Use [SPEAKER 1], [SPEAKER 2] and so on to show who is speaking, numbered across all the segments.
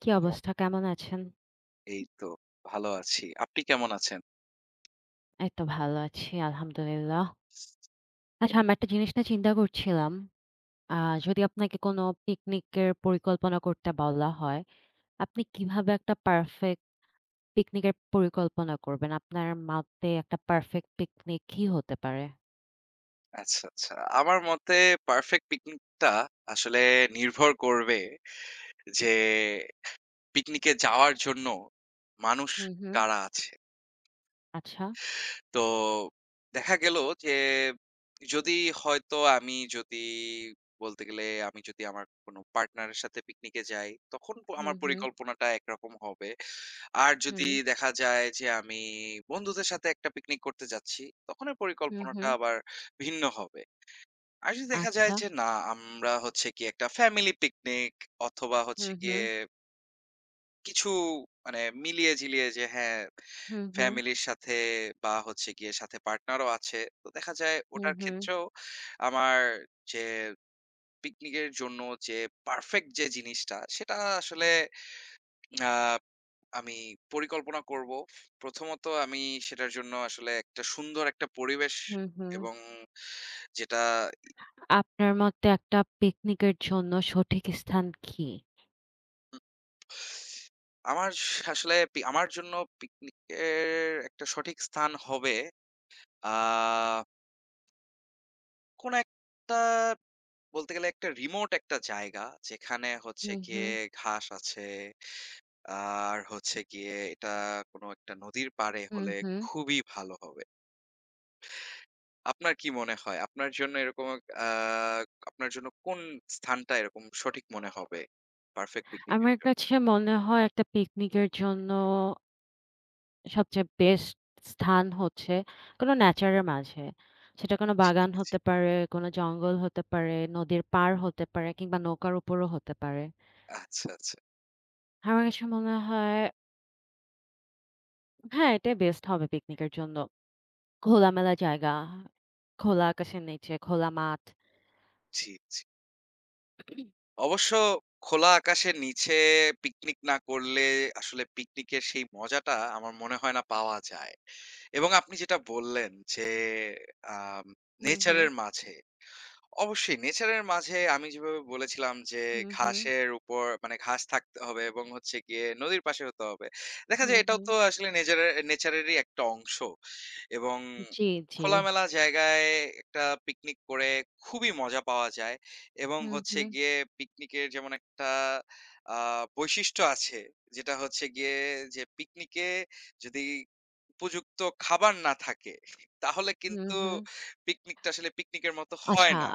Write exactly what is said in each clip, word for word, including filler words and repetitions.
[SPEAKER 1] কি অবস্থা? কেমন আছেন?
[SPEAKER 2] এই তো ভালো আছি। আপনি কেমন আছেন?
[SPEAKER 1] এই তো ভালো আছি আলহামদুলিল্লাহ। আচ্ছা আমি একটা জিনিস নিয়ে চিন্তা করছিলাম। আ যদি আপনাকে কোনো পিকনিকের পরিকল্পনা করতে বলা হয়, আপনি কিভাবে একটা পারফেক্ট পিকনিকের পরিকল্পনা করবেন? আপনার মতে একটা পারফেক্ট পিকনিক কি হতে পারে?
[SPEAKER 2] আচ্ছা, আচ্ছা। আমার মতে পারফেক্ট পিকনিকটা আসলে নির্ভর করবে যে পিকনিকে যাওয়ার জন্য মানুষ
[SPEAKER 1] হুম, হুম।
[SPEAKER 2] কারা আছে।
[SPEAKER 1] আচ্ছা।
[SPEAKER 2] তো দেখা গেল যে যদি হয়তো আমি যদি বলতে গেলে আমি যদি আমার কোনো পার্টনারের সাথে পিকনিকে যাই, তখন প
[SPEAKER 1] হুম,
[SPEAKER 2] আমার
[SPEAKER 1] হুম,
[SPEAKER 2] পরিকল্পনাটা একরকম হবে। আর যদি
[SPEAKER 1] হুম,
[SPEAKER 2] দেখা যায় যে আমি বন্ধুদের সাথে একটা পিকনিক করতে যাচ্ছি, তখনের
[SPEAKER 1] হুম,
[SPEAKER 2] পরিকল্পনাটা
[SPEAKER 1] হুম।
[SPEAKER 2] আবার ভিন্ন হবে। আর যদি দেখা যায়
[SPEAKER 1] আচ্ছা।
[SPEAKER 2] যে না, আমরা হচ্ছে গিয়ে একটা ফ্যামিলি পিকনিক অথবা হচ্ছে
[SPEAKER 1] হুম, হুম,
[SPEAKER 2] গিয়ে কিছু মানে মিলিয়ে-ঝিলিয়ে যে হ্যাঁ,
[SPEAKER 1] হুম, হুম,
[SPEAKER 2] ফ্যামিলির সাথে বা হচ্ছে গিয়ে সাথে পার্টনারও আছে। তো দেখা যায়
[SPEAKER 1] হুম,
[SPEAKER 2] ওটার
[SPEAKER 1] হুম,
[SPEAKER 2] ক্ষেত্রেও আমার যে পিকনিকের জন্য যে পারফেক্ট যে জিনিসটা, সেটা আসলে আ আমি পরিকল্পনা করব। প্রথমত আমি সেটার জন্য আসলে একটা সুন্দর একটা পরিবেশ
[SPEAKER 1] হুম, হুম।
[SPEAKER 2] এবং যেটা
[SPEAKER 1] আপনার মতে একটা পিকনিকের জন্য সঠিক স্থান কি?
[SPEAKER 2] উম আমার আসলে পি আমার জন্য পিকনিকের একটা সঠিক স্থান হবে আ কোন একটা বলতে গেলে একটা রিমোট একটা জায়গা যেখানে হচ্ছে
[SPEAKER 1] হুম,
[SPEAKER 2] গিয়ে
[SPEAKER 1] হুম,
[SPEAKER 2] ঘাস আছে। আর হচ্ছে গিয়ে এটা কোন একটা নদীর পাড়ে
[SPEAKER 1] হুম,
[SPEAKER 2] হলে
[SPEAKER 1] হুম।
[SPEAKER 2] খুবই ভালো হবে। আপনার কি মনে হয়? আপনার জন্য এরকম আ আপনার জন্য কোন স্থানটা এরকম সঠিক মনে হবে? পারফেক্ট পিকনিক এর
[SPEAKER 1] আমার
[SPEAKER 2] জন্য?
[SPEAKER 1] কাছে মনে হয় একটা পিকনিকের জন্য সবচেয়ে বেস্ট স্থান হচ্ছে কোনো নেচারের মাঝে। সেটা কোনো
[SPEAKER 2] জি,
[SPEAKER 1] বাগান
[SPEAKER 2] জি।
[SPEAKER 1] হতে পারে, কোনো জঙ্গল হতে পারে, নদীর পাড় হতে পারে কিংবা নৌকার উপরও হতে পারে।
[SPEAKER 2] আচ্ছা, আচ্ছা।
[SPEAKER 1] আমার কাছে মনে হয় হ্যাঁ, এটাই বেস্ট হবে পিকনিকের জন্য। খোলামেলা জায়গা, খোলা আকাশের নিচে, খোলা মাঠ।
[SPEAKER 2] জি, জি। অবশ্য খোলা আকাশের নিচে পিকনিক না করলে আসলে পিকনিকের সেই মজাটা আমার মনে হয় না পাওয়া যায়। এবং আপনি যেটা বললেন যে আম
[SPEAKER 1] হুম,
[SPEAKER 2] নেচার
[SPEAKER 1] হুম,
[SPEAKER 2] এর মাঝে অবশ্যই নেচারের মাঝে আমি যেভাবে বলেছিলাম যে
[SPEAKER 1] হুম, হুম,
[SPEAKER 2] ঘাসের উপর মানে ঘাস থাকতে হবে এবং হচ্ছে গিয়ে নদীর পাশে হতে হবে। দেখা
[SPEAKER 1] হুম,
[SPEAKER 2] যায় এটাও
[SPEAKER 1] হুম।
[SPEAKER 2] তো আসলে নেচারের নেচারেরই একটা অংশ এবং
[SPEAKER 1] জি, জি।
[SPEAKER 2] খোলামেলা জায়গায় একটা পিকনিক করে খুবই মজা পাওয়া যায় এবং
[SPEAKER 1] হুম,
[SPEAKER 2] হচ্ছে
[SPEAKER 1] হুম,
[SPEAKER 2] গিয়ে পিকনিকের যেমন একটা আহ বৈশিষ্ট্য আছে যেটা হচ্ছে গিয়ে যে পিকনিকে যদি উপযুক্ত খাবার না থাকে তাহলে
[SPEAKER 1] হুম,
[SPEAKER 2] কিন্তু
[SPEAKER 1] হুম।
[SPEAKER 2] পিকনিকটা আসলে পিকনিকের মতো হয়
[SPEAKER 1] আচ্ছা,
[SPEAKER 2] না।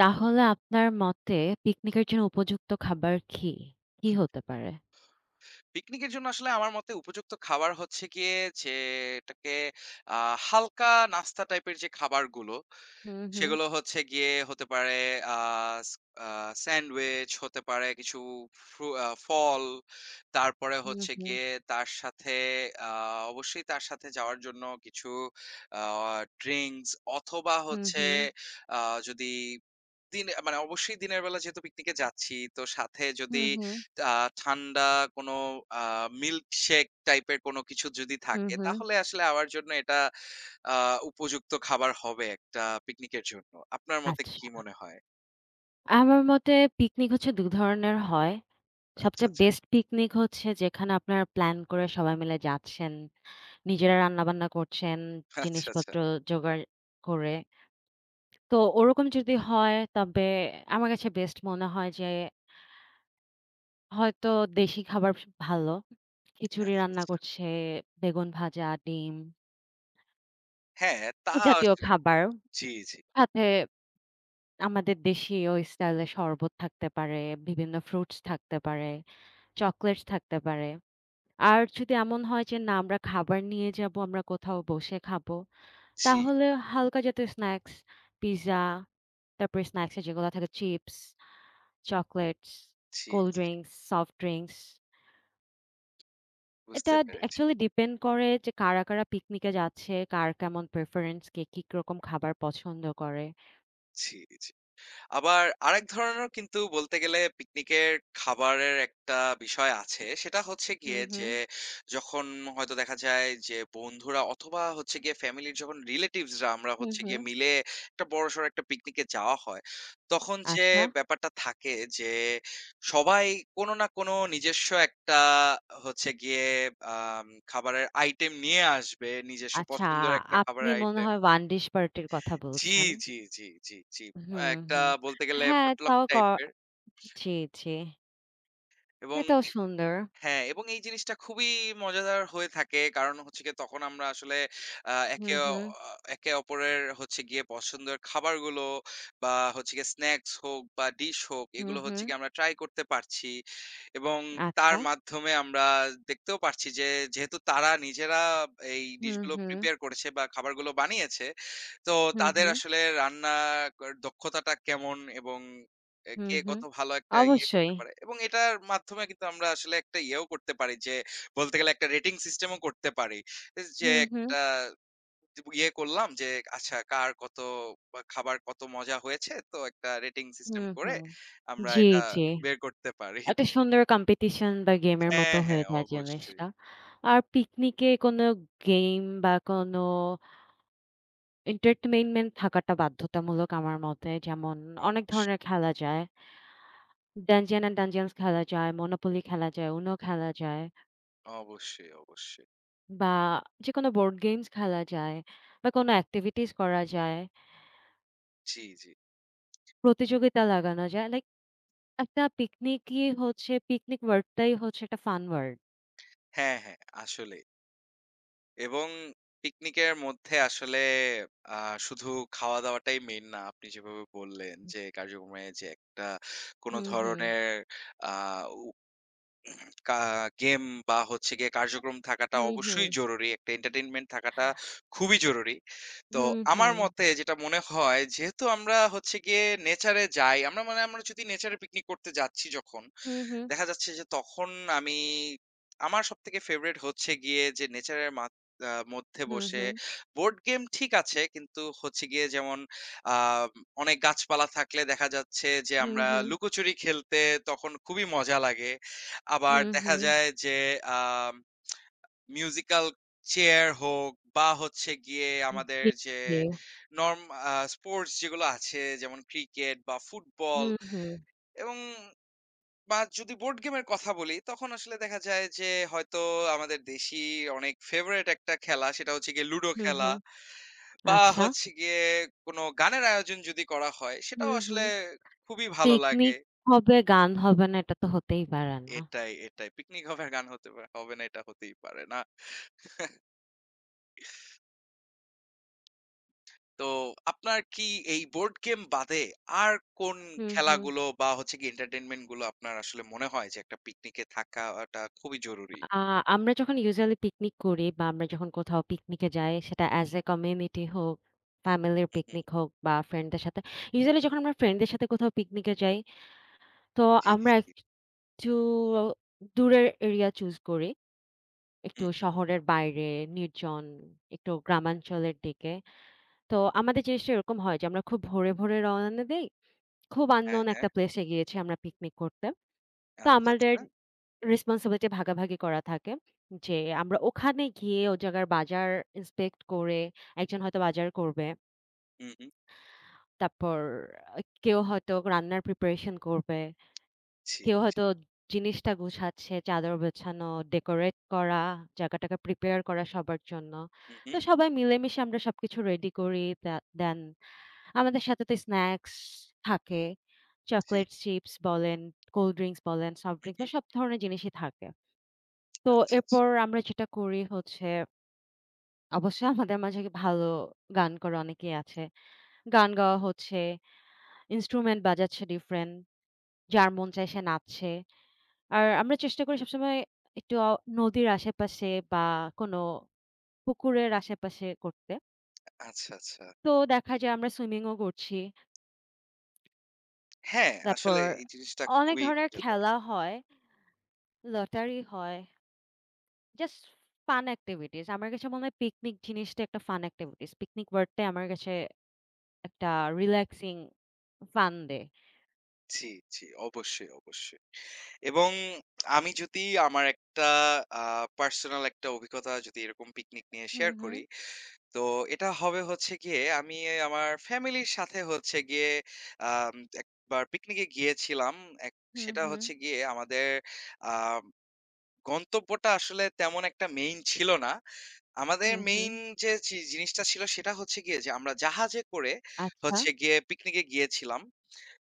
[SPEAKER 1] তাহলে আপনার মতে পিকনিকের জন্য উপযুক্ত খাবার কি? কি হতে পারে?
[SPEAKER 2] পিকনিকের জন্য আসলে আমার মতে উপযুক্ত খাবার হচ্ছে গিয়ে যে এটাকে আহ, হালকা নাস্তা টাইপের যে খাবারগুলো
[SPEAKER 1] হুম, হুম,
[SPEAKER 2] সেগুলো হচ্ছে গিয়ে হতে পারে আহ, স- আহ, স্যান্ডউইচ হতে পারে কিছু ফ্রু- আহ, ফল তারপরে
[SPEAKER 1] হুম,
[SPEAKER 2] হচ্ছে
[SPEAKER 1] হুম,
[SPEAKER 2] গিয়ে তার সাথে আহ, অবশ্যই তার সাথে যাওয়ার জন্য কিছু ড্রিঙ্কস অথবা
[SPEAKER 1] হুম,
[SPEAKER 2] হচ্ছে
[SPEAKER 1] হুম,
[SPEAKER 2] আহ, যদি দিন মানে অবশ্যই দিনের বেলা যেহেতু পিকনিকে যাচ্ছি, তো সাথে
[SPEAKER 1] হুম,
[SPEAKER 2] যদি
[SPEAKER 1] হুম,
[SPEAKER 2] আ ঠান্ডা কোনো আ মিল্ক শেক টাইপের কোনো কিছু যদি
[SPEAKER 1] হুম,
[SPEAKER 2] থাকে,
[SPEAKER 1] হুম।
[SPEAKER 2] তাহলে আসলে আমার জন্য এটা আ উপযুক্ত খাবার হবে একটা পিকনিকের জন্য। আপনার মতে
[SPEAKER 1] আচ্ছা।
[SPEAKER 2] কি মনে হয়?
[SPEAKER 1] আমার মতে পিকনিক হচ্ছে দুই ধরনের হয়।
[SPEAKER 2] আচ্ছা,
[SPEAKER 1] সবচেয়ে
[SPEAKER 2] আচ্ছা,
[SPEAKER 1] বেস্ট পিকনিক হচ্ছে যেখানে আপনারা প্ল্যান করে সবাই মিলে যাচ্ছেন। নিজেরা রান্নাবান্না করছেন,
[SPEAKER 2] আচ্ছা, আচ্ছা,
[SPEAKER 1] জিনিসপত্র জোগাড় করে। তো ওরকম যদি হয় তবে আমার কাছে বেস্ট মনে হয় যে হয়তো দেশি খাবার স ভালো। খিচুড়ি
[SPEAKER 2] আচ্ছা,
[SPEAKER 1] রান্না
[SPEAKER 2] আচ্ছা।
[SPEAKER 1] করছে, বেগুন ভাজা, ডিম
[SPEAKER 2] হ্যাঁ, তা
[SPEAKER 1] এ জাতীয়
[SPEAKER 2] আস-
[SPEAKER 1] খাবার।
[SPEAKER 2] জি, জি,
[SPEAKER 1] সাথে আমাদের দেশীয় স্টাইলে শরবত থাকতে পারে, বিভিন্ন ফ্রুটস থাকতে পারে, চকোলেটস থাকতে পারে। আর যদি এমন হয় যে না আমরা খাবার নিয়ে যাবো, আমরা কোথাও বসে খাবো,
[SPEAKER 2] জি,
[SPEAKER 1] তাহলে হালকা জাতীয় স্ন্যাক্স, পিজ্জা, তারপরে স্ন্যাক্স এ যেগুলো থাকে চিপস, চকোলেটস,
[SPEAKER 2] জি,
[SPEAKER 1] কোল্ড ড্রিংকস, সফট ড্রিংকস
[SPEAKER 2] বুঝতে
[SPEAKER 1] এটা ডি
[SPEAKER 2] পেরেছি।
[SPEAKER 1] অ্যাকচুয়ালি ডিপেন্ড করে যে কারা, কারা পিকনিকে যাচ্ছে, কার কেমন প্রেফারেন্স, কে কি রকম খাবার পছন্দ করে।
[SPEAKER 2] জি। আবার আরেক ধরনেরও কিন্তু বলতে গেলে পিকনিকের খাবারের একটা বিষয় আছে। সেটা হচ্ছে গিয়ে
[SPEAKER 1] হুম,
[SPEAKER 2] যে
[SPEAKER 1] হুম।
[SPEAKER 2] যখন হয়তো দেখা যায় যে বন্ধুরা অথবা হচ্ছে গিয়ে ফ্যামিলির যখন relatives রা আমরা
[SPEAKER 1] হুম,
[SPEAKER 2] হচ্ছে
[SPEAKER 1] হুম।
[SPEAKER 2] গিয়ে মিলে একটা বড়সড় একটা পিকনিকে যাওয়া হয়। তখন যে
[SPEAKER 1] আচ্ছা,
[SPEAKER 2] ব্যাপারটা থাকে যে সবাই কোনো না কোনো নিজস্ব একটা হচ্ছে গিয়ে আম খাবারের আইটেম নিয়ে আসবে। নিজস্ব
[SPEAKER 1] আচ্ছা,
[SPEAKER 2] পছন্দের একটা
[SPEAKER 1] আপনি
[SPEAKER 2] খাবারের
[SPEAKER 1] মনে
[SPEAKER 2] আইটেম।
[SPEAKER 1] হয় ওয়ান ডিশ পার্টির কথা
[SPEAKER 2] জি,
[SPEAKER 1] বলছেন।
[SPEAKER 2] জি, জি, জি, জি।
[SPEAKER 1] হুম,
[SPEAKER 2] একটা
[SPEAKER 1] হুম।
[SPEAKER 2] বলতে গেলে
[SPEAKER 1] হ্যাঁ,
[SPEAKER 2] পটলক
[SPEAKER 1] তাও ক
[SPEAKER 2] টাইপের
[SPEAKER 1] জি, জি।
[SPEAKER 2] এবং
[SPEAKER 1] এটাও সুন্দর।
[SPEAKER 2] হ্যাঁ, এবং এই জিনিসটা খুবই মজাদার হয়ে থাকে। কারণ হচ্ছে গিয়ে তখন আমরা আসলে আ
[SPEAKER 1] হুম,
[SPEAKER 2] একে অ
[SPEAKER 1] হুম।
[SPEAKER 2] একে অপরের হচ্ছে গিয়ে পছন্দের খাবারগুলো বা হচ্ছে গিয়ে স্ন্যাকস হোক বা ডিশ হোক
[SPEAKER 1] হুম,
[SPEAKER 2] এগুলো হচ্ছে
[SPEAKER 1] হুম।
[SPEAKER 2] গিয়ে আমরা ট্রাই করতে পারছি। এবং তার
[SPEAKER 1] আচ্ছা।
[SPEAKER 2] মাধ্যমে আমরা দেখতেও পারছি যে যেহেতু তারা নিজেরা এই
[SPEAKER 1] হুম,
[SPEAKER 2] ডিশগুলো
[SPEAKER 1] হুম।
[SPEAKER 2] প্রিপেয়ার করেছে বা খাবারগুলো বানিয়েছে, তো
[SPEAKER 1] হুম,
[SPEAKER 2] তাদের
[SPEAKER 1] হুম।
[SPEAKER 2] আসলে রান্না কর দক্ষতাটা কেমন এবং এ
[SPEAKER 1] হুম,
[SPEAKER 2] কে
[SPEAKER 1] হুম।
[SPEAKER 2] কত ভালো একটা ইয়ে
[SPEAKER 1] অবশ্যই।
[SPEAKER 2] করতে পারে এবং এটার মাধ্যমে কিন্তু আমরা আসলে একটা ইয়েও করতে পারি যে বলতে গেলে একটা রেটিং সিস্টেমও করতে পারি। যে
[SPEAKER 1] হুম, হুম।
[SPEAKER 2] একটা ইয়ে করলাম যে আচ্ছা কার কত বা খাবার কত মজা হয়েছে তো একটা রেটিং সিস্টেম
[SPEAKER 1] হুম,
[SPEAKER 2] করে
[SPEAKER 1] হুম।
[SPEAKER 2] আমরা
[SPEAKER 1] জি,
[SPEAKER 2] এটা
[SPEAKER 1] জি।
[SPEAKER 2] বের করতে পারি।
[SPEAKER 1] একটা সুন্দর কম্পিটিশন বা গেমের মতো
[SPEAKER 2] হ্যাঁ, হ্যাঁ,
[SPEAKER 1] হয়ে যায়
[SPEAKER 2] অবশ্যই,
[SPEAKER 1] জিনিসটা। আর পিকনিকে কোনো গেম বা কোনো এন্টারটেইনমেন্ট থাকাটা বাধ্যতামূলক আমার মতে। যেমন অনেক
[SPEAKER 2] অবশ্যই,
[SPEAKER 1] ধরনের খেলা যায়। Dungeons and Dungeons খেলা যায়, Monopoly খেলা যায়, UNO খেলা যায়
[SPEAKER 2] অবশ্যই, অবশ্যই।
[SPEAKER 1] বা যেকোনো বোর্ড গেমস খেলা যায় বা কোনো এক্টিভিটিস করা যায়,
[SPEAKER 2] জি, জি।
[SPEAKER 1] প্রতিযোগিতা লাগানো যায়। লাইক একটা পিকনিকই হচ্ছে পিকনিক ওয়ার্ডটাই হচ্ছে একটা ফান ওয়ার্ড।
[SPEAKER 2] হ্যাঁ, হ্যাঁ, আসলেই। এবং পিকনিকের মধ্যে আসলে আ শুধু খাওয়া-দাওয়াটাই মেইন না। আপনি যেভাবে বললেন যে, কার্যক্রমে যে একটা কোন
[SPEAKER 1] হুম, হুম।
[SPEAKER 2] ধরনের আ উ কা গেম বা হচ্ছে গিয়ে কার্যক্রম থাকাটা
[SPEAKER 1] হুম, হুম।
[SPEAKER 2] অবশ্যই জরুরি। একটা এন্টারটেইনমেন্ট থাকাটা খুবই জরুরি। তো
[SPEAKER 1] হুম,
[SPEAKER 2] আমার
[SPEAKER 1] হুম।
[SPEAKER 2] মতে যেটা মনে হয়, যেহেতু আমরা হচ্ছে গিয়ে নেচারে যাই, আমরা মানে আমরা যদি নেচারে পিকনিক করতে যাচ্ছি যখন
[SPEAKER 1] হুম, হুম।
[SPEAKER 2] দেখা যাচ্ছে যে তখন আমি আমার সবথেকে ফেভারিট হচ্ছে গিয়ে যে নেচারের মা আ মধ্যে
[SPEAKER 1] হুম,
[SPEAKER 2] বসে
[SPEAKER 1] হুম।
[SPEAKER 2] বোর্ড গেম ঠিক আছে কিন্তু হচ্ছে গিয়ে যেমন আ অনেক গাছপালা থাকলে দেখা যাচ্ছে যে
[SPEAKER 1] হুম,
[SPEAKER 2] আমরা
[SPEAKER 1] হুম।
[SPEAKER 2] লুকোচুরি খেলতে তখন খুবই মজা লাগে। আবার
[SPEAKER 1] হুম,
[SPEAKER 2] দেখা
[SPEAKER 1] হুম।
[SPEAKER 2] যায় যে আ মিউজিক্যাল চেয়ার হোক বা হচ্ছে গিয়ে
[SPEAKER 1] হুম,
[SPEAKER 2] আমাদের
[SPEAKER 1] জি,
[SPEAKER 2] যে
[SPEAKER 1] জি।
[SPEAKER 2] নরম আ স্পোর্টস যেগুলো আছে যেমন ক্রিকেট বা ফুটবল
[SPEAKER 1] হুম, হুম।
[SPEAKER 2] এবং বা যদি বোর্ড গেমের কথা বলি, তখন আসলে দেখা যায় যে হয়তো আমাদের দেশী অনেক ফেভারাইট একটা খেলা সেটা হচ্ছে গিয়ে লুডো
[SPEAKER 1] হুম,
[SPEAKER 2] খেলা
[SPEAKER 1] হুম।
[SPEAKER 2] বা
[SPEAKER 1] আচ্ছা।
[SPEAKER 2] হচ্ছে গিয়ে কোন গানের আয়োজন যদি করা হয় সেটাও
[SPEAKER 1] হুম,
[SPEAKER 2] আসলে
[SPEAKER 1] হুম।
[SPEAKER 2] খুবই ভালো লাগে।
[SPEAKER 1] পিকনিক হবে, গান হবে না এটা তো হতেই পারে না।
[SPEAKER 2] এটাই, এটাই। পিকনিক হবে আর গান হতে পারে হবে না এটা হতেই পারে না। তো আপনার কি এই বোর্ড গেম বাদে আর কোন
[SPEAKER 1] হুম, হুম।
[SPEAKER 2] খেলাগুলো বা হচ্ছে গিয়ে এন্টারটেইনমেন্ট গুলো আপনার আসলে মনে হয় যে একটা পিকনিকে থাকাটা খুবই জরুরি?
[SPEAKER 1] আ আমরা যখন ইউজুয়ালি পিকনিক করি বা আমরা যখন কোথাও পিকনিকে যাই সেটা অ্যাজ এ কমিউনিটি হোক, ফ্যামিলির
[SPEAKER 2] হুম, হুম।
[SPEAKER 1] পিকনিক হোক বা ফ্রেন্ডদের সাথে। ইউজুয়ালি যখন আমরা ফ্রেন্ডদের সাথে কোথাও পিকনিকে যাই, তো
[SPEAKER 2] জি, জি।
[SPEAKER 1] আমরা একটু দূরের এরিয়া চুজ করি। একটু
[SPEAKER 2] হুম, হুম।
[SPEAKER 1] শহরের বাইরে, নির্জন, একটু গ্রামাঞ্চলের দিকে। তো আমাদের জিনিসটা এরকম হয় যে আমরা খুব ভোরে, ভোরে রওনা দেই। খুব
[SPEAKER 2] হ্যাঁ,
[SPEAKER 1] unknown
[SPEAKER 2] হ্যাঁ।
[SPEAKER 1] একটা প্লেসে গিয়েছি আমরা পিকনিক করতে। তো
[SPEAKER 2] আচ্ছা,
[SPEAKER 1] আমাদের
[SPEAKER 2] আচ্ছা।
[SPEAKER 1] রেসপনসিবিলিটি ভাগাভাগি করা থাকে। যে আমরা ওখানে গিয়ে ও জায়গার বাজার ইন্সপেক্ট করে, একজন হয়তো বাজার করবে।
[SPEAKER 2] হুম, হুম।
[SPEAKER 1] তারপর আ কেউ হয়তো রান্নার প্রিপারেশন করবে।
[SPEAKER 2] জি।
[SPEAKER 1] কেউ হয়তো জিনিসটা গুছাচ্ছে, চাদর বিছানো, ডেকোরেট করা, জায়গাটাকে প্রিপেয়ার করা সবার জন্য।
[SPEAKER 2] হু, হু।
[SPEAKER 1] তো সবাই মিলেমিশে আমরা সবকিছু রেডি করি, দা দেন আমাদের সাথে তো স্ন্যাকস থাকে।
[SPEAKER 2] জি।
[SPEAKER 1] চকোলেট চিপস বলেন, কোল্ড ড্রিংকস বলেন, সফট
[SPEAKER 2] হু,
[SPEAKER 1] ড্রিংকস
[SPEAKER 2] হু।
[SPEAKER 1] বা সব ধরনের জিনিসই থাকে। তো
[SPEAKER 2] আচ্ছা, আচ্ছা।
[SPEAKER 1] এরপর আমরা যেটা করি হচ্ছে অবশ্যই আমাদের মাঝে ভালো গান করা অনেকেই আছে। গান গাওয়া হচ্ছে, ইন্সট্রুমেন্ট বাজাচ্ছে ডিফারেন্ট। যার মন চায় সে নাচছে। আর আমরা চেষ্টা করি সবসময় একটু অ নদীর আশেপাশে বা কোনো পুকুরের আশেপাশে করতে।
[SPEAKER 2] আচ্ছা, আচ্ছা।
[SPEAKER 1] তো দেখা যায় আমরা সুইমিংও করছি।
[SPEAKER 2] হ্যাঁ, আসলে
[SPEAKER 1] তারপর
[SPEAKER 2] এই জিনিসটা
[SPEAKER 1] অনেক
[SPEAKER 2] খুবই
[SPEAKER 1] ধরনের
[SPEAKER 2] মজাদার।
[SPEAKER 1] খেলা হয়। লটারি হয়। Just fun activities. আমার কাছে মনে হয় পিকনিক জিনিসটা একটা ফান এক্টিভিটিস। পিকনিক ওয়ার্ডটাই আমার কাছে একটা রিল্যাক্সিং ফান দেয়।
[SPEAKER 2] জি, জি। অবশ্যই, অবশ্যই। এবং আমি যদি আমার একটা আ পার্সোনাল একটা অভিজ্ঞতা যদি এরকম পিকনিক নিয়ে
[SPEAKER 1] হুম,
[SPEAKER 2] শেয়ার
[SPEAKER 1] হুম,
[SPEAKER 2] করি, তো এটা হবে হচ্ছে গিয়ে আমি আমার ফ্যামিলির সাথে হচ্ছে গিয়ে আম একবার পিকনিকে গিয়েছিলাম। এক
[SPEAKER 1] হুম,
[SPEAKER 2] সেটা
[SPEAKER 1] হুম,
[SPEAKER 2] হচ্ছে গিয়ে আমাদের আ গন্তব্যটা আসলে তেমন একটা মেইন ছিল না। আমাদের
[SPEAKER 1] হুম, হুম।
[SPEAKER 2] মেইন যে জি জিনিসটা ছিল সেটা হচ্ছে গিয়ে যে আমরা জাহাজে করে
[SPEAKER 1] আচ্ছা,
[SPEAKER 2] হচ্ছে গিয়ে পিকনিকে গিয়েছিলাম।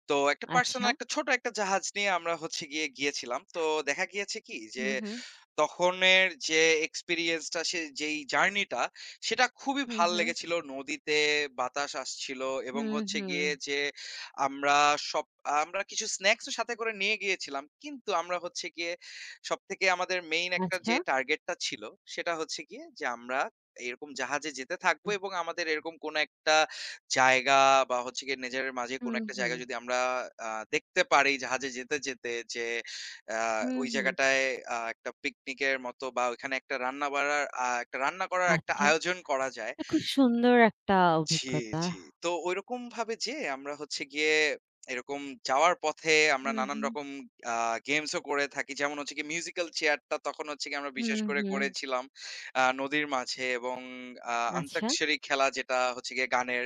[SPEAKER 2] তো একটা
[SPEAKER 1] আচ্ছা।
[SPEAKER 2] পার্সোনাল একটা ছোট একটা জাহাজ নিয়ে আমরা হচ্ছে গিয়ে গিয়েছিলাম। তো দেখা গিয়েছে কি যে
[SPEAKER 1] হুম, হুম,
[SPEAKER 2] তখনের যে এক্সপেরিয়েন্সটা সে যেই জার্নিটা সেটা খুবই
[SPEAKER 1] হুম,
[SPEAKER 2] ভাল
[SPEAKER 1] হুম,
[SPEAKER 2] লেগেছিল। নদীতে বাতাস আসছিল এবং
[SPEAKER 1] হুম,
[SPEAKER 2] হচ্ছে
[SPEAKER 1] হুম।
[SPEAKER 2] গিয়ে যে আমরা সব আমরা কিছু স্ন্যাকস ও সাথে করে নিয়ে গিয়েছিলাম। কিন্তু আমরা হচ্ছে গিয়ে সবথেকে আমাদের মেইন একটা যে
[SPEAKER 1] আচ্ছা।
[SPEAKER 2] টার্গেটটা ছিল সেটা হচ্ছে গিয়ে যে আমরা এরকম জাহাজে যেতে থাকবো
[SPEAKER 1] উহ।
[SPEAKER 2] এবং আমাদের এরকম কোনো একটা জায়গা বা হচ্ছে গিয়ে নেচারের মাঝে কোনো
[SPEAKER 1] হুম,
[SPEAKER 2] একটা
[SPEAKER 1] হুম,
[SPEAKER 2] জায়গা যদি আমরা আ দেখতে পারি জাহাজে যেতে, যেতে যে আ
[SPEAKER 1] হুম,
[SPEAKER 2] ওই
[SPEAKER 1] হুম।
[SPEAKER 2] জায়গাটায় আ একটা পিকনিকের মতো বা ওইখানে একটা রান্না বাড়ার আ একটা রান্না করার একটা
[SPEAKER 1] আচ্ছা।
[SPEAKER 2] আয়োজন করা যায়।
[SPEAKER 1] এটা খুব সুন্দর একটা
[SPEAKER 2] জি,
[SPEAKER 1] অভিজ্ঞতা।
[SPEAKER 2] জি। তো ঐরকমভাবে যেয়ে আমরা হচ্ছে গিয়ে এরকম যাওয়ার পথে আমরা
[SPEAKER 1] হুম,
[SPEAKER 2] নানান
[SPEAKER 1] হুম,
[SPEAKER 2] রকম আ গেমস ও করে থাকি। যেমন হচ্ছে গিয়ে মিউজিক্যাল চেয়ারটা তখন হচ্ছে গিয়ে আমরা বিশেষ
[SPEAKER 1] হুম,
[SPEAKER 2] করে
[SPEAKER 1] হুম।
[SPEAKER 2] করেছিলাম আ নদীর মাঝে এবং আ
[SPEAKER 1] আচ্ছা।
[SPEAKER 2] আন্তাক্ষরী খেলা যেটা হচ্ছে গিয়ে গানের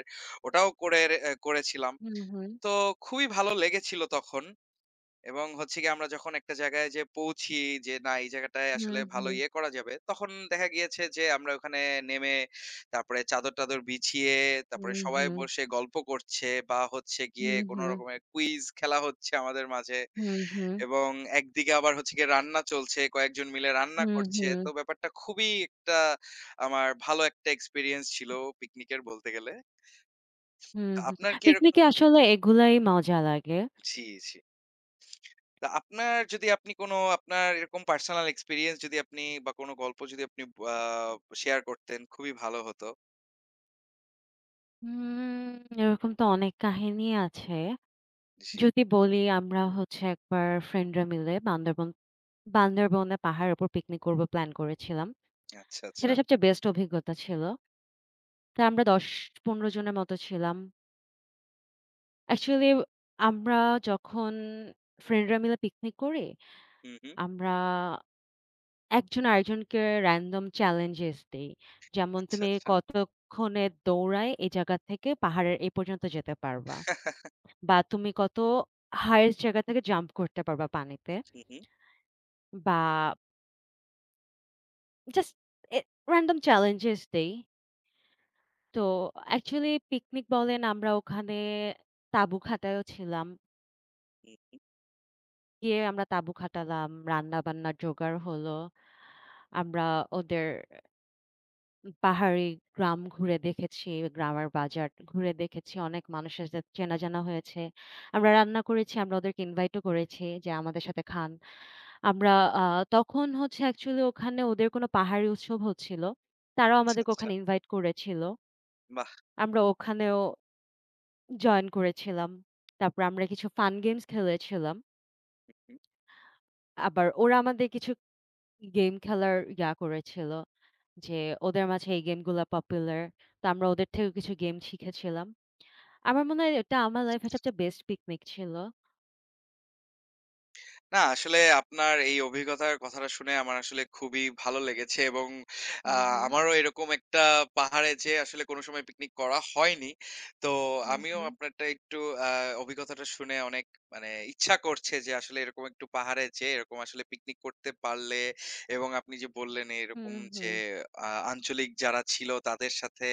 [SPEAKER 2] ওটাও করে এ করেছিলাম।
[SPEAKER 1] হুম, হুম,
[SPEAKER 2] তো খুবই ভালো লেগেছিল তখন। এবং হচ্ছে গিয়ে আমরা যখন একটা জায়গায় যে পৌঁছি যে না এই জায়গাটায় আসলে
[SPEAKER 1] হুম,
[SPEAKER 2] ভালো
[SPEAKER 1] হুম,
[SPEAKER 2] ইয়ে করা যাবে তখন দেখা গিয়েছে যে আমরা ওখানে নেমে তারপরে চাদর টাদর বিছিয়ে তারপরে
[SPEAKER 1] হুম,
[SPEAKER 2] সবাই
[SPEAKER 1] হুম,
[SPEAKER 2] বসে গল্প করছে বা হচ্ছে গিয়ে
[SPEAKER 1] হুম,
[SPEAKER 2] কোনো
[SPEAKER 1] হুম,
[SPEAKER 2] রকমের কুইজ খেলা হচ্ছে আমাদের মাঝে
[SPEAKER 1] হুম, হুম,
[SPEAKER 2] এবং একদিকে আবার হচ্ছে গিয়ে রান্না চলছে কয়েকজন মিলে রান্না
[SPEAKER 1] হুম,
[SPEAKER 2] করছে
[SPEAKER 1] হুম।
[SPEAKER 2] তো ব্যাপারটা খুবই একটা আমার ভালো একটা এক্সপিরিয়েন্স ছিল পিকনিকের বলতে গেলে
[SPEAKER 1] হুম, হুম।
[SPEAKER 2] আপনার কি এরকম
[SPEAKER 1] পিকনিকে আসলে এগুলাই মজা লাগে।
[SPEAKER 2] জি তা আপনার যদি আপনি কোনো আপনার এরকম পার্সোনাল এক্সপেরিয়েন্স যদি আপনি বা কোনো গল্প যদি আপনি আ শেয়ার করতেন খুবই ভালো হতো।
[SPEAKER 1] উম এরকম তো অনেক কাহিনী আছে।
[SPEAKER 2] জি।
[SPEAKER 1] যদি বলি আমরা হচ্ছে একবার ফ্রেন্ডরা মিলে বান্দরবন বান্দরবনে পাহাড়ের উপর পিকনিক করব প্ল্যান করেছিলাম।
[SPEAKER 2] আচ্ছা, আচ্ছা।
[SPEAKER 1] সেটা সবচেয়ে বেস্ট অভিজ্ঞতা ছিল। তো আমরা দশ থেকে পনেরো জনের মতো ছিলাম। অ্যাকচুয়ালি আমরা যখন ফ্রেন্ডরা মিলে পিকনিক করি,
[SPEAKER 2] হুম, হুম।
[SPEAKER 1] আমরা একজন আরেকজনকে র‍্যান্ডম চ্যালেঞ্জেস দেই। যেমন
[SPEAKER 2] আচ্ছা,
[SPEAKER 1] তুমি
[SPEAKER 2] আচ্ছা।
[SPEAKER 1] কতক্ষণে দৌড়ায় এই জায়গা থেকে পাহাড়ের এ পর্যন্ত যেতে পারবা। বা তুমি কত হাইয়েস্ট জায়গা থেকে জাম্প করতে পারবা পানিতে।
[SPEAKER 2] হুম, হুম।
[SPEAKER 1] বা জাস্ট এ র‍্যান্ডম চ্যালেঞ্জেস দেই। তো অ্যাকচুয়ালি পিকনিক বলেন আমরা ওখানে তাঁবু খাটায়ও ছিলাম।
[SPEAKER 2] হুম।
[SPEAKER 1] গিয়ে আমরা তাঁবু খাটালাম, রান্না-বান্নার জোগাড় হলো। আমরা ওদের পাহাড়ি গ্রাম ঘুরে দেখেছি, গ্রামের বাজার ঘুরে দেখেছি। অনেক মানুষের সাথে চেনা জানা হয়েছে। আমরা রান্না করেছি, আমরা ওদেরকে ইনভাইটও করেছি যে আমাদের সাথে খান। আমরা আ তখন হচ্ছে অ্যাকচুয়ালি ওখানে ওদের কোনো পাহাড়ি উৎসব হচ্ছিল। তারাও
[SPEAKER 2] আচ্ছা,
[SPEAKER 1] আমাদেরকে
[SPEAKER 2] আচ্ছা।
[SPEAKER 1] ওখানে ইনভাইট করেছিল।
[SPEAKER 2] বাহ!
[SPEAKER 1] আমরা ওখানেও জয়েন করেছিলাম। তারপর আমরা কিছু ফান গেমস খেলেছিলাম। আবার ওরা আমাদের কিছু গেম খেলার ইয়া করেছিল যে ওদের মাঝে এই গেমগুলা পপুলার। তো আমরা ওদের থেকেও কিছু গেম শিখেছিলাম। আমার মনে হয় এটা আমার লাইফ এর সবচেয়ে বেস্ট পিকনিক ছিল।
[SPEAKER 2] না, আসলে আপনার এই অভিজ্ঞতার কথাটা শুনে আমার আসলে খুবই ভালো লেগেছে এবং আ
[SPEAKER 1] হুম, হুম।
[SPEAKER 2] আমারও এরকম একটা পাহাড়ে যেয়ে আসলে কোনো সময় পিকনিক করা হয়নি। তো
[SPEAKER 1] হুম,
[SPEAKER 2] আমিও
[SPEAKER 1] হুম।
[SPEAKER 2] আপনারটা একটু আ অভিজ্ঞতাটা শুনে অনেক মানে ইচ্ছা করছে যে আসলে এরকম একটু পাহাড়ে যেয়ে এরকম আসলে পিকনিক করতে পারলে এবং আপনি যে বললেন এরকম
[SPEAKER 1] হুম,
[SPEAKER 2] যে
[SPEAKER 1] হুম।
[SPEAKER 2] আ আঞ্চলিক যারা ছিল তাদের সাথে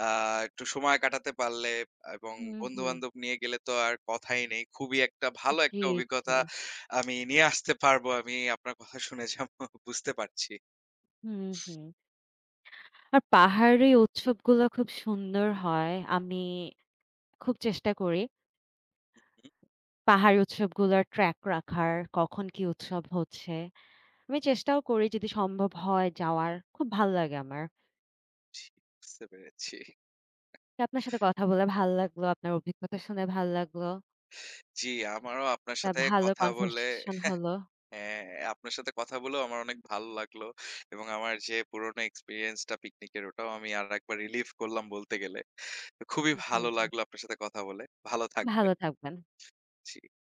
[SPEAKER 2] আ একটু সময় কাটাতে পারলে এবং
[SPEAKER 1] হুম, হুম।
[SPEAKER 2] বন্ধু-বান্ধব নিয়ে গেলে তো আর কথাই নেই। খুবই একটা ভালো
[SPEAKER 1] জি,
[SPEAKER 2] একটা
[SPEAKER 1] জি।
[SPEAKER 2] অভিজ্ঞতা আমি নিয়ে আসতে পারবো। আমি আপনার কথা শুনে যা বুঝতে পারছি।
[SPEAKER 1] হুম, হুম। আর পাহাড়ি উৎসবগুলো খুব সুন্দর হয়। আমি খুব চেষ্টা করি
[SPEAKER 2] হুম,
[SPEAKER 1] পাহাড়ি উৎসবগুলোর ট্র্যাক রাখার, কখন কি উৎসব হচ্ছে। আমি চেষ্টাও করি যদি সম্ভব হয় যাওয়ার। খুব ভাল লাগে আমার।
[SPEAKER 2] জি, বুঝতে পেরেছি।
[SPEAKER 1] তো আপনার সাথে কথা বলে ভাল লাগলো। আপনার অভিজ্ঞতা শুনে ভাল লাগলো।
[SPEAKER 2] জি, আমারও আপনার
[SPEAKER 1] একটা
[SPEAKER 2] সাথে
[SPEAKER 1] ভালো
[SPEAKER 2] কথা বলে
[SPEAKER 1] কনভারসেশন হলো।
[SPEAKER 2] হ্যাঁ, আপনার সাথে কথা বলেও আমার অনেক ভালো লাগলো। এবং আমার যে পুরনো এক্সপেরিয়েন্স টা পিকনিকের ওটাও আমি আরেকবার রিলিভ করলাম বলতে গেলে। তো খুবই
[SPEAKER 1] জি,
[SPEAKER 2] ভালো
[SPEAKER 1] জি।
[SPEAKER 2] লাগলো আপনার সাথে কথা বলে। ভালো থাকবেন।
[SPEAKER 1] ভালো থাকবেন।
[SPEAKER 2] জি।